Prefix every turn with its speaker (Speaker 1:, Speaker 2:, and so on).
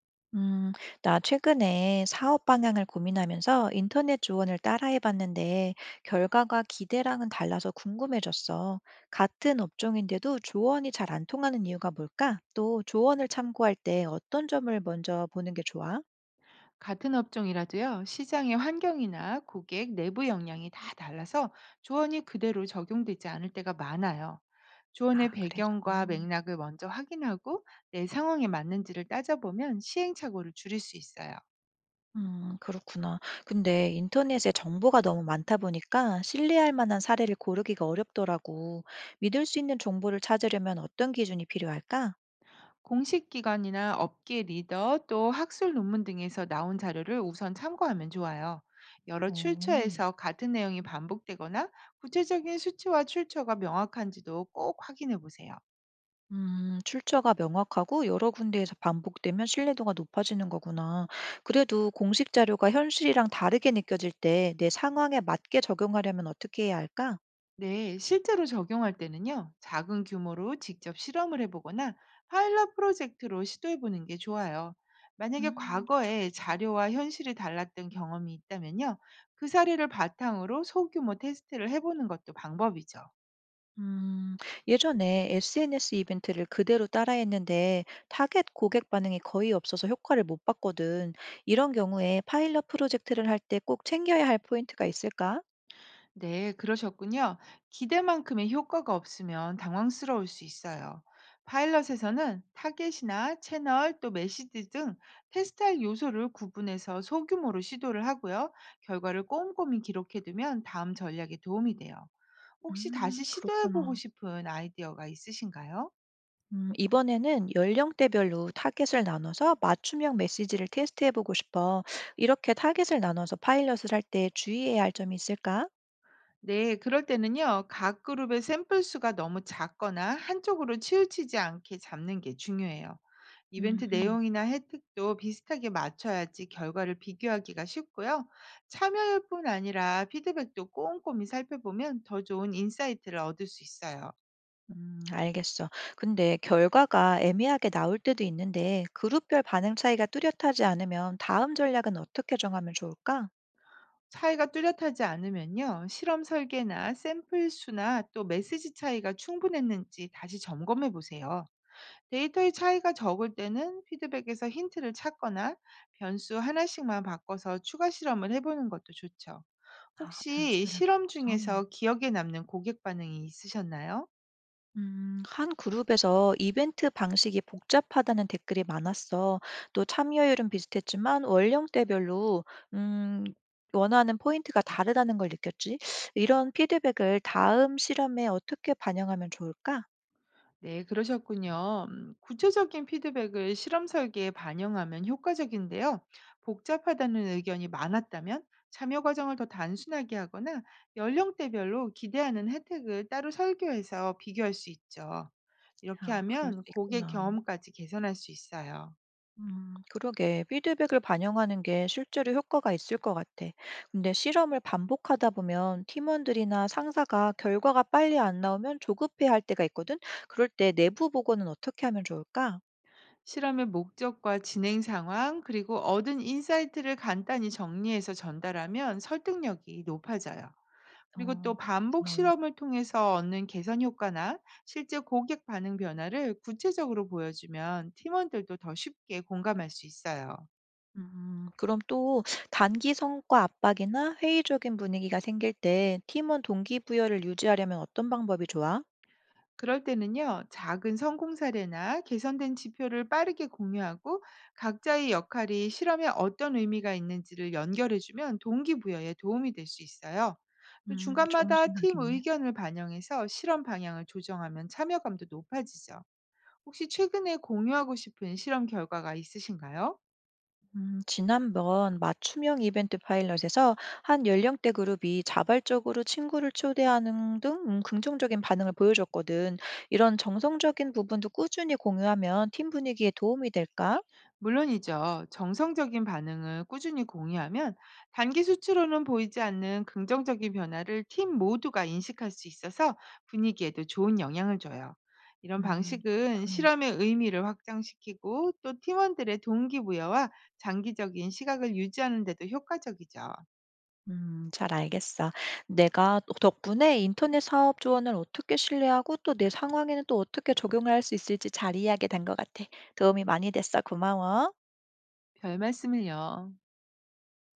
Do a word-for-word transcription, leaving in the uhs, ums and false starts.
Speaker 1: 음, 나 최근에 사업 방향을 고민하면서 인터넷 조언을 따라해봤는데 결과가 기대랑은 달라서 궁금해졌어. 같은 업종인데도 조언이 잘 안 통하는 이유가 뭘까? 또 조언을 참고할 때 어떤 점을 먼저 보는 게 좋아?
Speaker 2: 같은 업종이라도요, 시장의 환경이나 고객 내부 역량이 다 달라서 조언이 그대로 적용되지 않을 때가 많아요. 조언의
Speaker 1: 아, 그래서.
Speaker 2: 배경과 맥락을 먼저 확인하고 내 상황에 맞는지를 따져보면 시행착오를 줄일 수 있어요.
Speaker 1: 음, 그렇구나. 근데 인터넷에 정보가 너무 많다 보니까 신뢰할 만한 사례를 고르기가 어렵더라고. 믿을 수 있는 정보를 찾으려면 어떤 기준이 필요할까?
Speaker 2: 공식 기관이나 업계 리더 또 학술 논문 등에서 나온 자료를 우선 참고하면 좋아요. 여러
Speaker 1: 오.
Speaker 2: 출처에서 같은 내용이 반복되거나 구체적인 수치와 출처가 명확한지도 꼭 확인해 보세요.
Speaker 1: 음, 출처가 명확하고 여러 군데에서 반복되면 신뢰도가 높아지는 거구나. 그래도 공식 자료가 현실이랑 다르게 느껴질 때 내 상황에 맞게 적용하려면 어떻게 해야 할까?
Speaker 2: 네, 실제로 적용할 때는요, 작은 규모로 직접 실험을 해보거나 파일럿 프로젝트로 시도해보는 게 좋아요. 만약에
Speaker 1: 음, 그거
Speaker 2: 과거에
Speaker 1: 좋겠다.
Speaker 2: 자료와 현실이 달랐던 경험이 있다면요, 그 사례를 바탕으로 소규모 테스트를 해보는 것도 방법이죠.
Speaker 1: 음, 예전에 에스엔에스 이벤트를 그대로 따라했는데 타겟 고객 반응이 거의 없어서 효과를 못 봤거든. 이런 경우에 파일럿 프로젝트를 할 때 꼭 챙겨야 할 포인트가 있을까?
Speaker 2: 네, 그러셨군요. 기대만큼의 효과가 없으면 당황스러울 수 있어요. 파일럿에서는 타겟이나 채널 또 메시지 등 테스트할 요소를 구분해서 소규모로 시도를 하고요. 결과를 꼼꼼히 기록해두면 다음 전략에 도움이 돼요. 혹시 다시
Speaker 1: 음,
Speaker 2: 시도해보고
Speaker 1: 그렇구나.
Speaker 2: 싶은 아이디어가 있으신가요?
Speaker 1: 음, 이번에는 연령대별로 타겟을 나눠서 맞춤형 메시지를 테스트해보고 싶어. 이렇게 타겟을 나눠서 파일럿을 할 때 주의해야 할 점이 있을까?
Speaker 2: 네, 그럴 때는요, 각 그룹의 샘플 수가 너무 작거나 한쪽으로 치우치지 않게 잡는 게 중요해요. 이벤트
Speaker 1: 음흠.
Speaker 2: 내용이나 혜택도 비슷하게 맞춰야지 결과를 비교하기가 쉽고요. 참여일 뿐 아니라 피드백도 꼼꼼히 살펴보면 더 좋은 인사이트를 얻을 수 있어요.
Speaker 1: 음, 알겠어. 근데 결과가 애매하게 나올 때도 있는데 그룹별 반응 차이가 뚜렷하지 않으면 다음 전략은 어떻게 정하면 좋을까?
Speaker 2: 차이가 뚜렷하지 않으면요, 실험 설계나 샘플 수나 또 메시지 차이가 충분했는지 다시 점검해 보세요. 데이터의 차이가 적을 때는 피드백에서 힌트를 찾거나 변수 하나씩만 바꿔서 추가 실험을 해보는 것도 좋죠.
Speaker 1: 아,
Speaker 2: 혹시
Speaker 1: 변수를
Speaker 2: 실험
Speaker 1: 바꿔서.
Speaker 2: 중에서 기억에 남는 고객 반응이 있으셨나요?
Speaker 1: 음, 한 그룹에서 이벤트 방식이 복잡하다는 댓글이 많았어. 또 참여율은 비슷했지만 연령대별로 음, 원하는 포인트가 다르다는 걸 느꼈지. 이런 피드백을 다음 실험에 어떻게 반영하면 좋을까?
Speaker 2: 네, 그러셨군요. 음, 구체적인 피드백을 실험 설계에 반영하면 효과적인데요. 복잡하다는 의견이 많았다면 참여 과정을 더 단순하게 하거나 연령대별로 기대하는 혜택을 따로 설계해서 비교할 수 있죠. 이렇게
Speaker 1: 아, 그럴 수
Speaker 2: 하면 고객
Speaker 1: 있구나.
Speaker 2: 경험까지 개선할 수 있어요.
Speaker 1: 음, 그러게. 피드백을 반영하는 게 실제로 효과가 있을 것 같아. 근데 실험을 반복하다 보면 팀원들이나 상사가 결과가 빨리 안 나오면 조급해 할 때가 있거든? 그럴 때 내부 보고는 어떻게 하면 좋을까?
Speaker 2: 실험의 목적과 진행 상황, 그리고 얻은 인사이트를 간단히 정리해서 전달하면 설득력이 높아져요. 그리고 또
Speaker 1: 어,
Speaker 2: 반복
Speaker 1: 그렇구나.
Speaker 2: 실험을 통해서 얻는 개선 효과나 실제 고객 반응 변화를 구체적으로 보여주면 팀원들도 더 쉽게 공감할 수 있어요.
Speaker 1: 음, 그럼 또 단기 성과 압박이나 회의적인 분위기가 생길 때 팀원 동기부여를 유지하려면 어떤 방법이 좋아?
Speaker 2: 그럴 때는요, 작은 성공 사례나 개선된 지표를 빠르게 공유하고 각자의 역할이 실험에 어떤 의미가 있는지를 연결해주면 동기부여에 도움이 될 수 있어요. 또
Speaker 1: 음, 좋은
Speaker 2: 중간마다 팀
Speaker 1: 생각이네.
Speaker 2: 의견을 반영해서 실험 방향을 조정하면 참여감도 높아지죠. 혹시 최근에 공유하고 싶은 실험 결과가 있으신가요?
Speaker 1: 음, 지난번 맞춤형 이벤트 파일럿에서 한 연령대 그룹이 자발적으로 친구를 초대하는 등 음, 긍정적인 반응을 보여줬거든. 이런 정성적인 부분도 꾸준히 공유하면 팀 분위기에 도움이 될까?
Speaker 2: 물론이죠. 정성적인 반응을 꾸준히 공유하면 단기 수치로는 보이지 않는 긍정적인 변화를 팀 모두가 인식할 수 있어서 분위기에도 좋은 영향을 줘요. 이런
Speaker 1: 음,
Speaker 2: 방식은
Speaker 1: 그렇구나.
Speaker 2: 실험의 의미를 확장시키고 또 팀원들의 동기부여와 장기적인 시각을 유지하는 데도 효과적이죠.
Speaker 1: 음, 잘 알겠어. 내가 또- 덕분에 인터넷 사업 조언을 어떻게 신뢰하고 또 내 상황에는 또 어떻게 적용을 할 수 있을지 잘 이해하게 된 것 같아. 도움이 많이 됐어. 고마워.
Speaker 2: 별 말씀을요.